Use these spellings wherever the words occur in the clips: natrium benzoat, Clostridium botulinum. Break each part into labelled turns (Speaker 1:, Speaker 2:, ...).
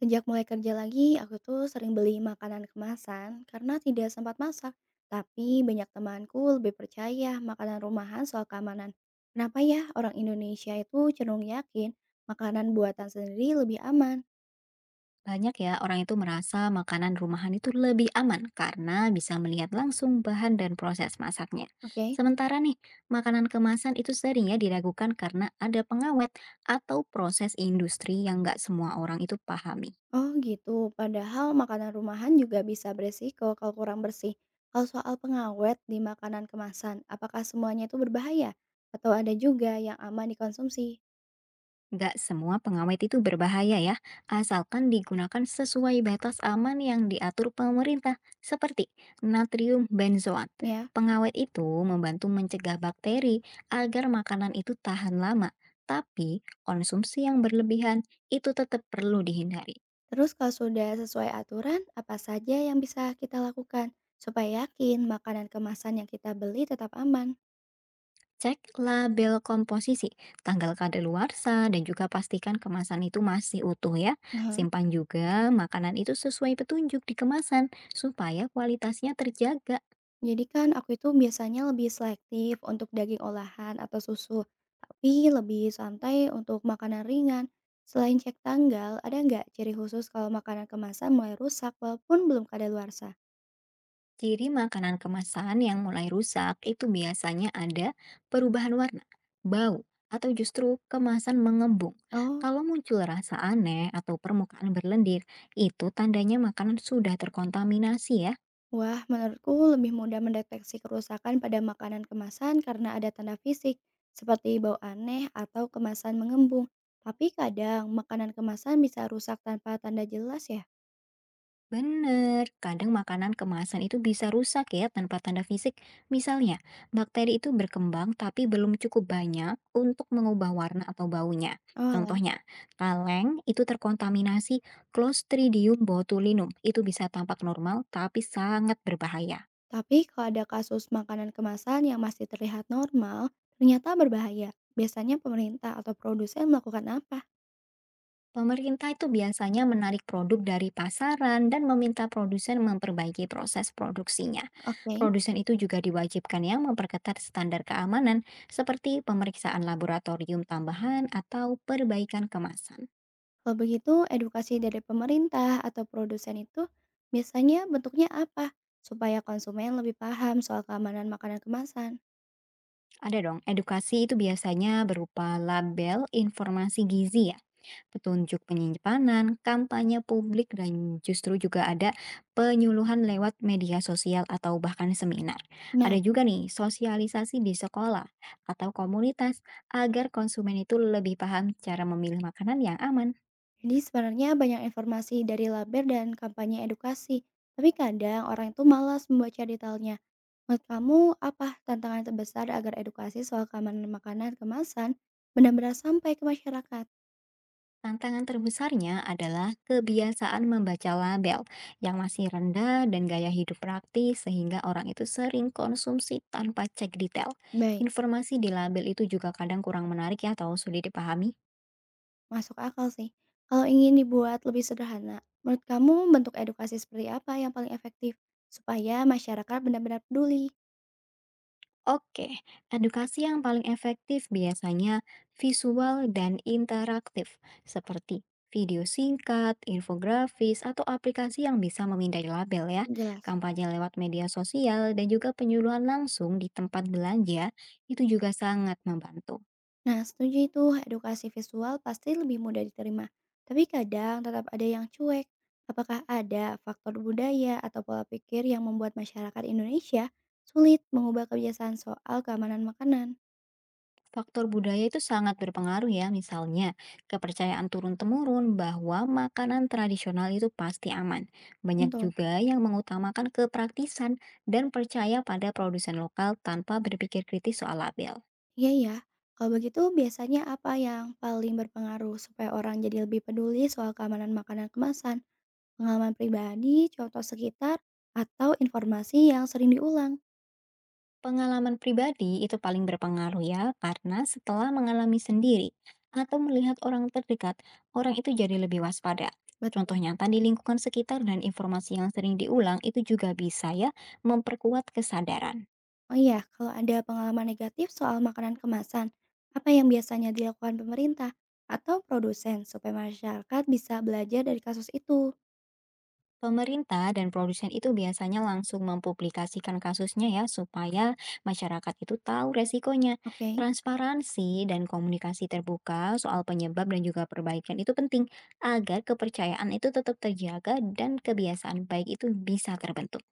Speaker 1: Sejak mulai kerja lagi, aku tuh sering beli makanan kemasan karena tidak sempat masak. Tapi banyak temanku lebih percaya makanan rumahan soal keamanan. Kenapa ya orang Indonesia itu cenderung yakin makanan buatan sendiri lebih aman?
Speaker 2: Banyak ya orang itu merasa makanan rumahan itu lebih aman karena bisa melihat langsung bahan dan proses masaknya.
Speaker 1: Oke.
Speaker 2: Sementara nih, makanan kemasan itu sering ya diragukan karena ada pengawet atau proses industri yang nggak semua orang itu pahami.
Speaker 1: Oh gitu, padahal makanan rumahan juga bisa beresiko kalau kurang bersih. Kalau soal pengawet di makanan kemasan, apakah semuanya itu berbahaya? Atau ada juga yang aman dikonsumsi?
Speaker 2: Gak semua pengawet itu berbahaya ya, asalkan digunakan sesuai batas aman yang diatur pemerintah, seperti natrium benzoat.
Speaker 1: Ya.
Speaker 2: Pengawet itu membantu mencegah bakteri agar makanan itu tahan lama, tapi konsumsi yang berlebihan itu tetap perlu dihindari.
Speaker 1: Terus kalau sudah sesuai aturan, apa saja yang bisa kita lakukan supaya yakin makanan kemasan yang kita beli tetap aman?
Speaker 2: Cek label komposisi, tanggal kadaluarsa, dan juga pastikan kemasan itu masih utuh ya.
Speaker 1: Aha.
Speaker 2: Simpan juga makanan itu sesuai petunjuk di kemasan supaya kualitasnya terjaga.
Speaker 1: Jadi kan aku itu biasanya lebih selektif untuk daging olahan atau susu, tapi lebih santai untuk makanan ringan. Selain cek tanggal, ada nggak ciri khusus kalau makanan kemasan mulai rusak walaupun belum kadaluarsa?
Speaker 2: Ciri makanan kemasan yang mulai rusak itu biasanya ada perubahan warna, bau, atau justru kemasan mengembung.
Speaker 1: Oh.
Speaker 2: Kalau muncul rasa aneh atau permukaan berlendir, itu tandanya makanan sudah terkontaminasi ya.
Speaker 1: Wah, menurutku lebih mudah mendeteksi kerusakan pada makanan kemasan karena ada tanda fisik, seperti bau aneh atau kemasan mengembung. Tapi kadang makanan kemasan bisa rusak tanpa tanda jelas ya.
Speaker 2: Bener, kadang makanan kemasan itu bisa rusak ya tanpa tanda fisik. Misalnya, bakteri itu berkembang tapi belum cukup banyak untuk mengubah warna atau baunya.
Speaker 1: Oh, alah.
Speaker 2: Contohnya, kaleng itu terkontaminasi Clostridium botulinum. Itu bisa tampak normal tapi sangat berbahaya.
Speaker 1: Tapi kalau ada kasus makanan kemasan yang masih terlihat normal, ternyata berbahaya. Biasanya pemerintah atau produsen melakukan apa?
Speaker 2: Pemerintah itu biasanya menarik produk dari pasaran dan meminta produsen memperbaiki proses produksinya.
Speaker 1: Oke,
Speaker 2: Produsen itu juga diwajibkan yang memperketat standar keamanan seperti pemeriksaan laboratorium tambahan atau perbaikan kemasan.
Speaker 1: kalau begitu edukasi dari pemerintah atau produsen itu biasanya bentuknya apa? Supaya konsumen lebih paham soal keamanan makanan kemasan.
Speaker 2: Ada dong, edukasi itu biasanya berupa label informasi gizi ya, petunjuk penyimpanan, kampanye publik, dan justru juga ada penyuluhan lewat media sosial atau bahkan seminar.
Speaker 1: Nah,
Speaker 2: Ada juga nih sosialisasi di sekolah atau komunitas agar konsumen itu lebih paham cara memilih makanan yang aman.
Speaker 1: jadi sebenarnya banyak informasi dari laber dan kampanye edukasi, tapi kadang orang itu malas membaca detailnya. Menurut kamu, apa tantangan terbesar agar edukasi soal keamanan makanan kemasan benar-benar sampai ke masyarakat?
Speaker 2: Tantangan terbesarnya adalah kebiasaan membaca label yang masih rendah dan gaya hidup praktis sehingga orang itu sering konsumsi tanpa cek detail.
Speaker 1: Baik,
Speaker 2: Informasi di label itu juga kadang kurang menarik ya atau sulit dipahami.
Speaker 1: masuk akal sih. Kalau ingin dibuat lebih sederhana, menurut kamu bentuk edukasi seperti apa yang paling efektif supaya masyarakat benar-benar peduli?
Speaker 2: Oke, edukasi yang paling efektif biasanya visual dan interaktif, seperti video singkat, infografis, atau aplikasi yang bisa memindai label ya.
Speaker 1: Jelas.
Speaker 2: Kampanye lewat media sosial dan juga penyuluhan langsung di tempat belanja itu juga sangat membantu.
Speaker 1: Nah, setuju itu edukasi visual pasti lebih mudah diterima. Tapi kadang tetap ada yang cuek. Apakah ada faktor budaya atau pola pikir yang membuat masyarakat Indonesia sulit mengubah kebiasaan soal keamanan makanan?
Speaker 2: Faktor budaya itu sangat berpengaruh ya, misalnya kepercayaan turun-temurun bahwa makanan tradisional itu pasti aman. Banyak
Speaker 1: Tentu.
Speaker 2: juga yang mengutamakan kepraktisan dan percaya pada produsen lokal tanpa berpikir kritis soal label.
Speaker 1: Iya ya. Kalau begitu biasanya apa yang paling berpengaruh supaya orang jadi lebih peduli soal keamanan makanan kemasan, pengalaman pribadi, contoh sekitar, atau informasi yang sering diulang?
Speaker 2: Pengalaman pribadi itu paling berpengaruh ya, karena setelah mengalami sendiri atau melihat orang terdekat, orang itu jadi lebih waspada. Contoh
Speaker 1: Betul.
Speaker 2: nyata di lingkungan sekitar dan informasi yang sering diulang itu juga bisa ya memperkuat kesadaran.
Speaker 1: Oh iya, kalau ada pengalaman negatif soal makanan kemasan, apa yang biasanya dilakukan pemerintah atau produsen supaya masyarakat bisa belajar dari kasus itu?
Speaker 2: Pemerintah dan produsen itu biasanya langsung mempublikasikan kasusnya ya supaya masyarakat itu tahu resikonya.
Speaker 1: Oke.
Speaker 2: Transparansi dan komunikasi terbuka soal penyebab dan juga perbaikan itu penting agar kepercayaan itu tetap terjaga dan kebiasaan baik itu bisa terbentuk.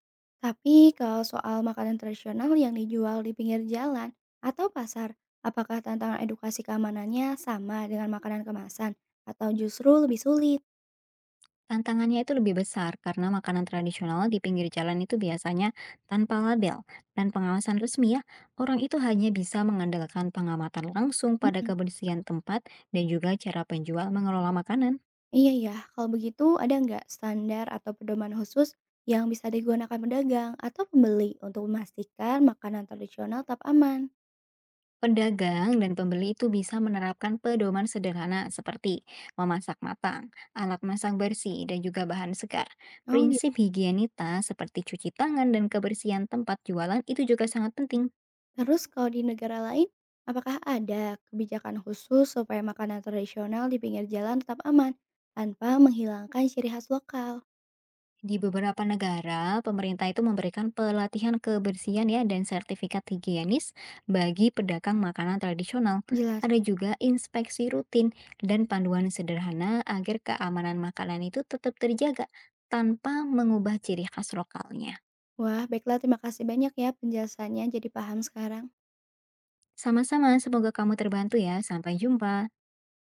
Speaker 1: Tapi kalau soal makanan tradisional yang dijual di pinggir jalan atau pasar, apakah tantangan edukasi keamanannya sama dengan makanan kemasan atau justru lebih sulit?
Speaker 2: Tantangannya itu lebih besar karena makanan tradisional di pinggir jalan itu biasanya tanpa label dan pengawasan resmi ya. Orang itu hanya bisa mengandalkan pengamatan langsung pada
Speaker 1: Mm-mm.
Speaker 2: kebersihan tempat dan juga cara penjual mengelola makanan.
Speaker 1: Iya ya, kalau begitu ada nggak standar atau pedoman khusus yang bisa digunakan pedagang atau pembeli untuk memastikan makanan tradisional tetap aman?
Speaker 2: Pedagang dan pembeli itu bisa menerapkan pedoman sederhana seperti memasak matang, alat masak bersih, dan juga bahan segar.
Speaker 1: Oh gitu.
Speaker 2: Prinsip higienitas seperti cuci tangan dan kebersihan tempat jualan itu juga sangat penting.
Speaker 1: Terus kalau di negara lain, apakah ada kebijakan khusus supaya makanan tradisional di pinggir jalan tetap aman tanpa menghilangkan ciri khas lokal?
Speaker 2: Di beberapa negara, pemerintah itu memberikan pelatihan kebersihan ya dan sertifikat higienis bagi pedagang makanan tradisional.
Speaker 1: Jelas.
Speaker 2: Ada juga inspeksi rutin dan panduan sederhana agar keamanan makanan itu tetap terjaga tanpa mengubah ciri khas lokalnya.
Speaker 1: Wah, baiklah, terima kasih banyak ya penjelasannya, jadi paham sekarang.
Speaker 2: Sama-sama, semoga kamu terbantu ya. Sampai jumpa.